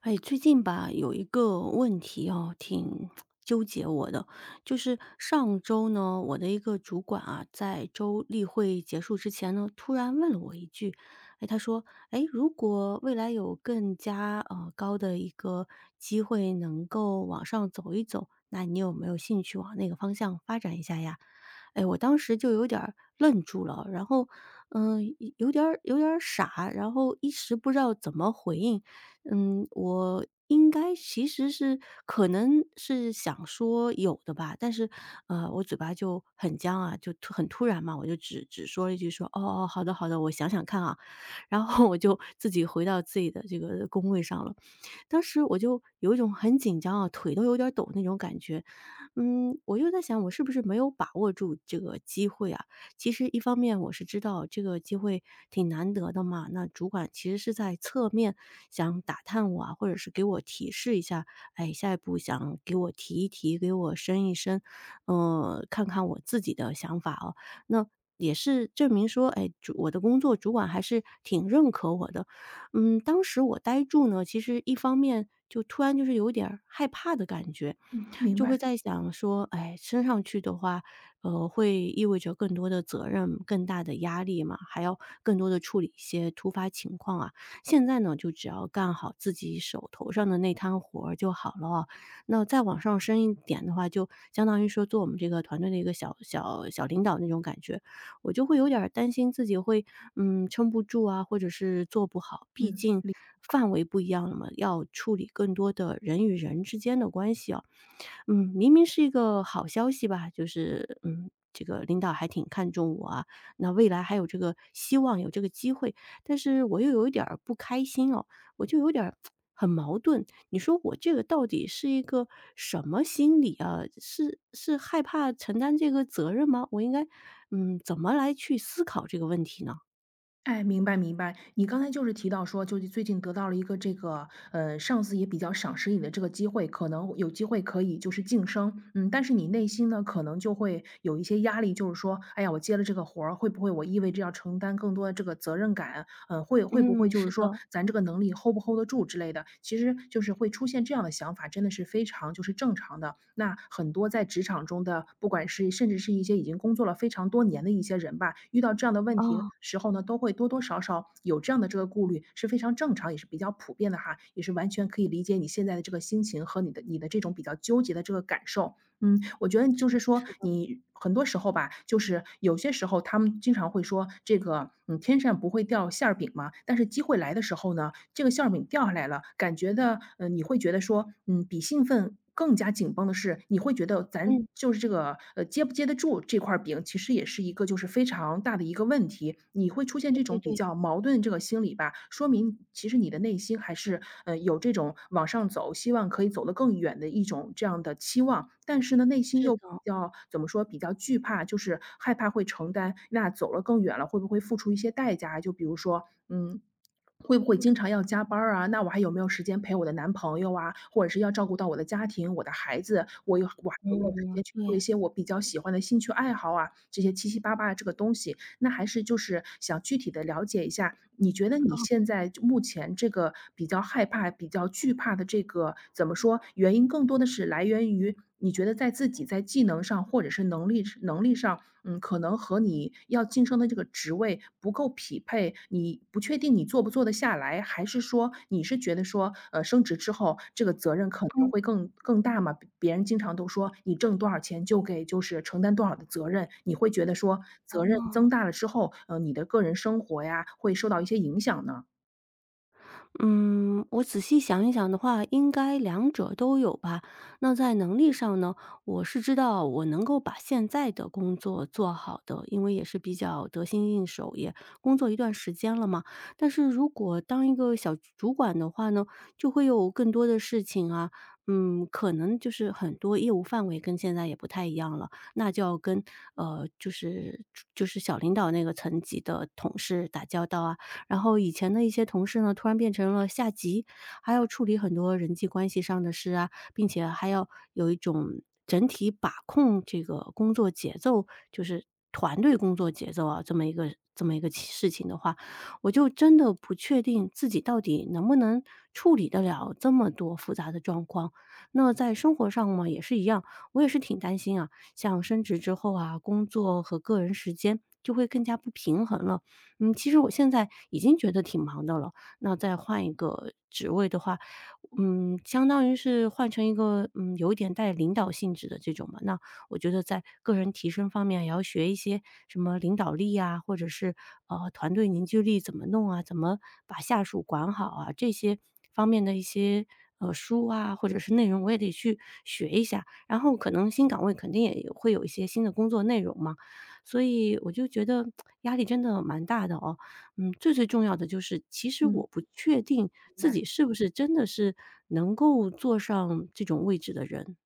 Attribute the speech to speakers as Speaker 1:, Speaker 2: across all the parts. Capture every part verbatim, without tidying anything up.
Speaker 1: 哎，最近吧，有一个问题哦，挺 纠结我的。就是上周呢，我的一个主管啊，在周例会结束之前呢，突然问了我一句，哎，他说：“哎，如果未来有更加呃高的一个机会能够往上走一走，那你有没有兴趣往那个方向发展一下呀？”哎，我当时就有点儿愣住了，然后，嗯，有有点儿有点儿傻，然后一时不知道怎么回应。嗯，我应该其实是可能是想说有的吧，但是，呃，我嘴巴就很僵啊，就突很突然嘛，我就只只说了一句说："哦哦，好的好的，我想想看啊。然后我就自己回到自己的这个工位上了。当时我就有一种很紧张啊，腿都有点儿抖那种感觉。嗯，我就在想我是不是没有把握住这个机会啊？其实一方面我是知道这个机会挺难得的嘛，那主管其实是在侧面想打探我啊，或者是给我提示一下，哎，下一步想给我提一提，给我升一升。呃，看看我自己的想法哦。那也是证明说，哎，主我的工作主管还是挺认可我的，嗯，当时我呆住呢，其实一方面就突然就是有点儿害怕的感觉，
Speaker 2: 嗯，明
Speaker 1: 就会
Speaker 2: 白。
Speaker 1: 在想说，哎，升上去的话，呃，会意味着更多的责任、更大的压力嘛，还要更多的处理一些突发情况啊。现在呢，就只要干好自己手头上的那摊活儿就好了哦那再往上升一点的话，就相当于说做我们这个团队的一个小小小领导那种感觉，我就会有点儿担心自己会嗯撑不住啊，或者是做不好。毕
Speaker 2: 嗯，
Speaker 1: 竟
Speaker 2: 理
Speaker 1: 范围不一样了嘛，要处理更多的人与人之间的关系啊。嗯，明明是一个好消息吧，就是嗯，这个领导还挺看重我啊，那未来还有这个希望，有这个机会，但是我又有一点儿不开心哦，我就有点儿很矛盾。你说我这个到底是一个什么心理啊？是是害怕承担这个责任吗？我应该嗯，怎么来去思考这个问题呢？
Speaker 2: 哎，明白明白。你刚才就是提到说，就是最近得到了一个这个，呃，上司也比较赏识你的这个机会，可能有机会可以就是晋升。嗯，但是你内心呢，可能就会有一些压力，就是说，哎呀，我接了这个活儿，会不会我意味着要承担更多的这个责任感？嗯，会会不会
Speaker 1: 嗯，
Speaker 2: 就
Speaker 1: 是
Speaker 2: 是说
Speaker 1: 的，
Speaker 2: 咱这个能力 hold 不 hold 得住之类的，其实就是会出现这样的想法，真的是非常就是正常的。那很多在职场中的，不管是甚至是一些已经工作了非常多年的一些人吧，遇到这样的问题
Speaker 1: 哦，
Speaker 2: 时候呢，都会多多少少有这样的这个顾虑，是非常正常，也是比较普遍的哈，也是完全可以理解你现在的这个心情和你的你的这种比较纠结的这个感受。嗯，我觉得就
Speaker 1: 是，
Speaker 2: 是说，你很多时候吧，就是有些时候他们经常会说这个，嗯，天上不会掉馅儿饼嘛。但是机会来的时候呢，这个馅儿饼掉下来了，感觉的，呃，你会觉得说，嗯，比兴奋更加紧绷的是，你会觉得
Speaker 1: 嗯，
Speaker 2: 咱就是这个，呃，接不接得住这块儿饼，其实也是一个就是非常大的一个问题。你会出现
Speaker 1: 对
Speaker 2: 这
Speaker 1: 对
Speaker 2: 种比
Speaker 1: 对，
Speaker 2: 较矛盾这个心理吧，说明其实你的内心还是，呃，有这种往上走，希望可以走得更远的一种这样的期望。但是呢，内心
Speaker 1: 是
Speaker 2: 又比
Speaker 1: 的，
Speaker 2: 较怎么说，比较惧怕，就是害怕会承担，那走了更远了，会不会付出一些代价啊，就比如说，嗯，会不会经常要加班儿啊？那我还有没有时间陪我的男朋友啊？或者是要照顾到我的家庭、我的孩子，我有我还有没有时间
Speaker 1: 嗯，
Speaker 2: 去做
Speaker 1: 对，
Speaker 2: 一些我比较喜欢的兴趣爱好啊？这些七七八八的这个东西。那还是就是想具体的了解一下，你觉得你现在就目前这个比较害怕、比较惧怕的这个怎么说，原因更多的是来源于你觉得在自己在技能上或者是能力能力上，嗯，可能和你要晋升的这个职位不够匹配，你不确定你做不做得下来？还是说你是觉得说，呃，升职之后这个责任可能
Speaker 1: 嗯，
Speaker 2: 会更更大嘛？别别人经常都说你挣多少钱就给就是承担多少的责任，你会觉得说责任增
Speaker 1: 哦。
Speaker 2: 大了之后，呃，你的个人生活呀会受到一些影响呢？
Speaker 1: 嗯，我仔细想一想的话，应该两者都有吧。那在能力上呢，我是知道我能够把现在的工作做好的，因为也是比较得心应手，也工作一段时间了嘛。但是如果当一个小主管的话呢，就会有更多的事情啊，嗯，可能就是很多业务范围跟现在也不太一样了，那就要跟呃，就是就是小领导那个层级的同事打交道啊，然后以前的一些同事呢，突然变成了下级，还要处理很多人际关系上的事啊，并且还要有一种整体把控这个工作节奏，就是团队工作节奏啊，这么一个这么一个其事情的话，我就真的不确定自己到底能不能处理得了这么多复杂的状况。那在生活上嘛，也是一样，我也是挺担心啊，像升职之后啊，工作和个人时间就会更加不平衡了。嗯，其实我现在已经觉得挺忙的了，那再换一个职位的话，嗯，相当于是换成一个，嗯，有一点带领导性质的这种嘛。那我觉得在个人提升方面，也要学一些什么领导力啊，或者是呃团队凝聚力怎么弄啊，怎么把下属管好啊，这些方面的一些呃书啊，或者是内容，我也得去学一下。然后可能新岗位肯定也有会有一些新的工作内容嘛，所以我就觉得压力真的蛮大的哦。嗯，最最重要的就是，其实我
Speaker 2: 嗯，
Speaker 1: 不确定。
Speaker 2: 明
Speaker 1: 自己
Speaker 2: 白。
Speaker 1: 是不是真的是能够坐上这种位置的人。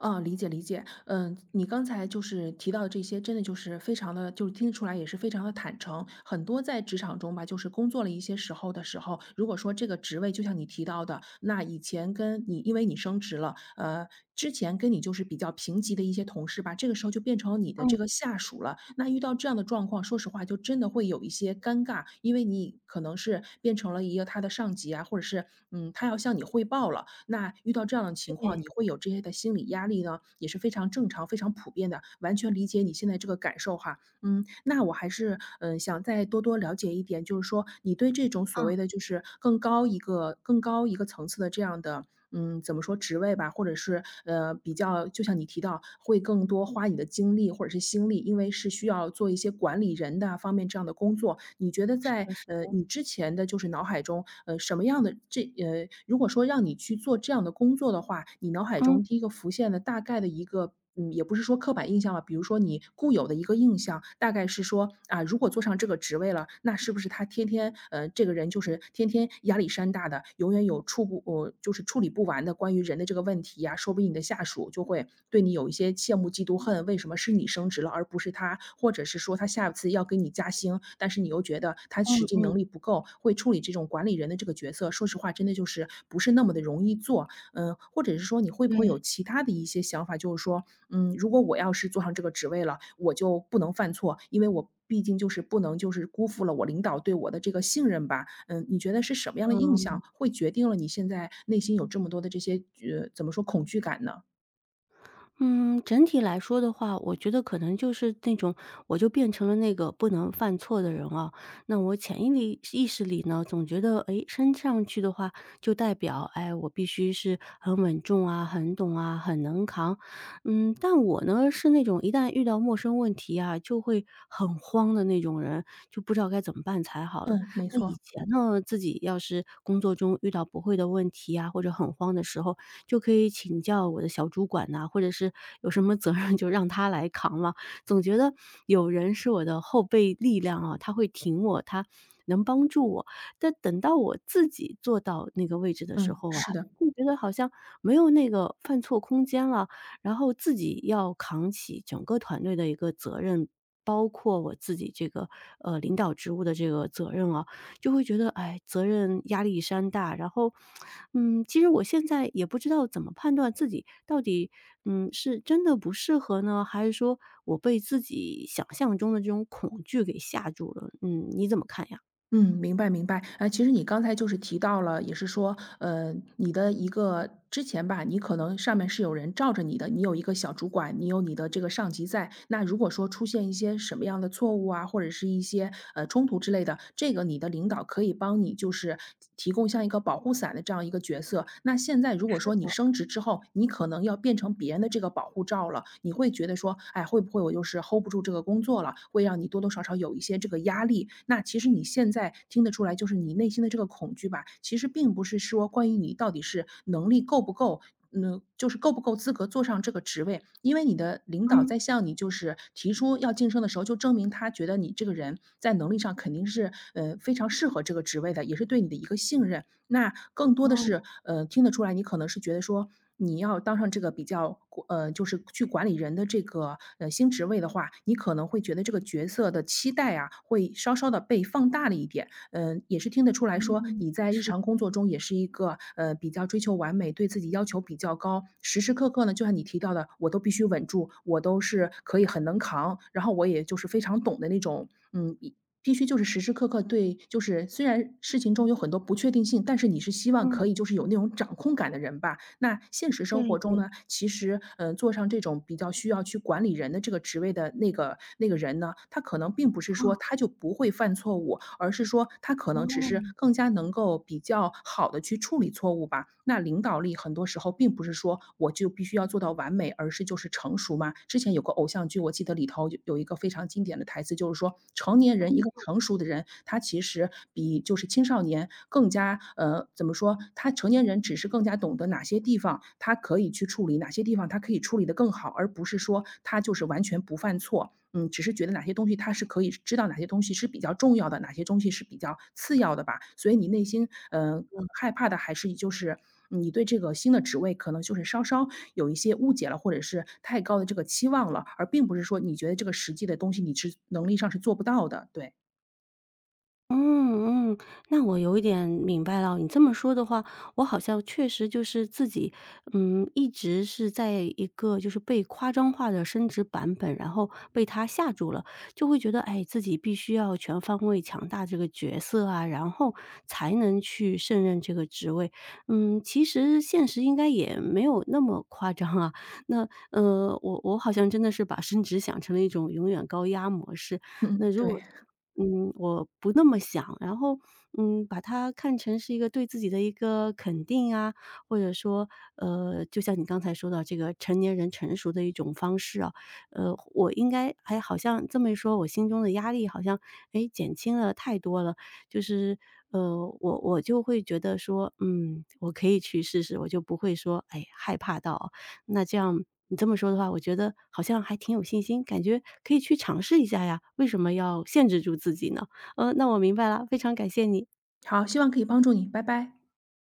Speaker 2: 嗯，理解理解。嗯，你刚才就是提到的这些，真的就是非常的，就是听得出来也是非常的坦诚。很多在职场中吧，就是工作了一些时候的时候，如果说这个职位就像你提到的，那以前跟你因为你升职了，呃，之前跟你就是比较平级的一些同事吧，这个这个时候就变成了你的
Speaker 1: 嗯，
Speaker 2: 这个下属了。那遇到这样的状况，说实话就真的会有一些尴尬，因为你可能是变成了一个他的上级啊，或者是嗯，他要向你汇报了。那遇到这样的情况，你
Speaker 1: 对，
Speaker 2: 会有这些的心理压力呢，也是非常正常、非常普遍的，完全理解你现在这个感受哈。嗯，那我还是嗯、呃想再多多了解一点，就是说你对这种所
Speaker 1: 嗯，
Speaker 2: 谓的就是更高一个更高一个层次的这样的嗯，怎么说职位吧，或者是呃，比较就像你提到，会更多花你的精力或者是心力，因为是需要做一些管理人的方面这样的工作。你觉得
Speaker 1: 是
Speaker 2: 在
Speaker 1: 的是
Speaker 2: 呃
Speaker 1: 的，
Speaker 2: 你之前的就是脑海中，呃什么样的这呃，如果说让你去做这样的工作的话，你脑海
Speaker 1: 嗯
Speaker 2: 中第一个浮现的大概的一个嗯，也不是说刻板印象吧，比如说你固有的一个印象，大概是说啊，如果做上这个职位了，那是不是他天天呃，这个人就是天天压力山大的，永远有处不呃，就是处理不完的关于人的这个问题呀、说不定你的下属就会对你有一些羡慕、嫉妒、恨，为什么是你升职了而不是他？或者是说他下次要给你加薪，但是你又觉得他
Speaker 1: 嗯
Speaker 2: 实际能
Speaker 1: 嗯，
Speaker 2: 力不够，会处理这种管理人的这个角色，说实话，真的就是不是那么的容易做。嗯，或者是说你会不会
Speaker 1: 对。
Speaker 2: 有其他的一些想法，就是说，嗯，如果我要是坐上这个职位了，我就不能犯错，因为我毕竟就是不能就是辜负了我领导对我的这个信任吧。嗯，你觉得是什么样的印
Speaker 1: 嗯。
Speaker 2: 象会决定了你现在内心有这么多的这些呃，怎么说恐惧感呢？
Speaker 1: 嗯，整体来说的话，我觉得可能就是那种，我就变成了那个不能犯错的人啊。那我潜意里意识里呢，总觉得，诶，升上去的话，就代表，哎，我必须是很稳重啊，很懂啊，很能扛。嗯，但我呢，是那种一旦遇到陌生问题啊，就会很慌的那种人，就不知道该怎么办才好了。
Speaker 2: 嗯，没
Speaker 1: 那
Speaker 2: 错。
Speaker 1: 以前呢，自己要是工作中遇到不会的问题啊，或者很慌的时候，就可以请教我的小主管呐、或者是有什么责任 就让他来扛了。总觉得有人是我的后备力量啊，他会挺我，他能帮助我。但等到我自己坐到那个位置的时
Speaker 2: 嗯，
Speaker 1: 候啊，
Speaker 2: 是的。
Speaker 1: 就觉得好像没有那个犯错空间了，然后自己要扛起整个团队的一个责任。包括我自己这个呃领导职务的这个责任啊，就会觉得，哎，责任压力山大。然后，嗯，其实我现在也不知道怎么判断自己到底，嗯，是真的不适合呢，还是说我被自己想象中的这种恐惧给吓住了？嗯，你怎么看呀？
Speaker 2: 嗯，明白明白。哎，其实你刚才就是提到了，也是说，呃，你的一个之前吧，你可能上面是有人罩着你的，你有一个小主管，你有你的这个上级在。那如果说出现一些什么样的错误啊，或者是一些呃冲突之类的，这个你的领导可以帮你就是提供像一个保护伞的这样一个角色。那现在如果说你升职之后，你可能要变成别人的这个保护罩了，你会觉得说，哎，会不会我就是 hold 不住这个工作了，会让你多多少少有一些这个压力。那其实你现在听得出来，就是你内心的这个恐惧吧，其实并不是说关于你到底是能力够不够。嗯，就是够不够资格坐上这个职位？因为你的领导
Speaker 1: 嗯，
Speaker 2: 在向你就是提出要晋升的时候，就证明他觉得你这个人在能力上肯定是呃非常适合这个职位的，也是对你的一个信任。那更多的
Speaker 1: 哦，
Speaker 2: 是呃听得出来，你可能是觉得说，你要当上这个比较呃，就是去管理人的这个，呃，新职位的话，你可能会觉得这个角色的期待啊，会稍稍的被放大了一点。嗯，也是听得出来说，
Speaker 1: 嗯，
Speaker 2: 你在日
Speaker 1: 是的，
Speaker 2: 常工作中也是一个，呃，比较追求完美，对自己要求比较高，时时刻刻呢，就像你提到的，我都必须稳住，我都是可以很能扛，然后我也就是非常懂的那种。嗯，必须就是时时刻刻对就是虽然事情中有很多不确定性，但是你是希望
Speaker 1: 嗯，
Speaker 2: 可以就是有那种掌控感的人吧。那现实生
Speaker 1: 对
Speaker 2: 活中
Speaker 1: 对，
Speaker 2: 呢，其实，嗯，做上这种比较需要去管理人的这个职位的那个那个人呢，他可能并不是
Speaker 1: 哦，
Speaker 2: 说他就不会犯错误，而是说他可
Speaker 1: 哦。
Speaker 2: 能只是更加能够比较好的去处理错误吧。那领导领导力很多时候并不是说我就必须要做到完美，而是就是成熟嘛。之前有个偶像剧，我记得里头有有一个非常经典的台词，就是说成年人一个成熟的人，他其实比就是青少年更加呃怎么说？他成年人只是更加懂得哪些地方他可以去处理，哪些地方他可以处理的更好，而不是说他就是完全不犯错。嗯，只是觉得哪些东西它是可以知道哪些东西是比较重要的，哪些东西是比较次要的吧。所以你内心，嗯，害怕的还是就是你对这个新的职位可能就是稍稍有一些误解了，或者是太高的这个期望了，而并不是说你觉得这个实际的东西你是能力上是做不到的。对。
Speaker 1: 嗯嗯，那我有一点明白了。你这么说的话，我好像确实就是自己，嗯，一直是在一个就是被夸张化的升职版本，然后被他吓住了，就会觉得，哎，自己必须要全方位强大这个角色啊，然后才能去胜任这个职位。嗯，其实现实应该也没有那么夸张啊。那呃，我我好像真的是把升职想成了一种永远高压模式。那
Speaker 2: 嗯，
Speaker 1: 如
Speaker 2: 对。
Speaker 1: 果说嗯，我不那么想，然后，嗯，把它看成是一个对自己的一个肯定啊，或者说，呃，就像你刚才说到这个成年人成熟的一种方式啊，呃，我应该哎，好像这么一说，我心中的压力好像，哎，减轻了太多了。就是，呃，我我就会觉得说，嗯，我可以去试试，我就不会说，哎，害怕到啊那这样你这么说的话，我觉得好像还挺有信心，感觉可以去尝试一下呀，为什么要限制住自己呢？呃，那我明白了，非常感谢你。
Speaker 2: 好，希望可以帮助你，拜拜。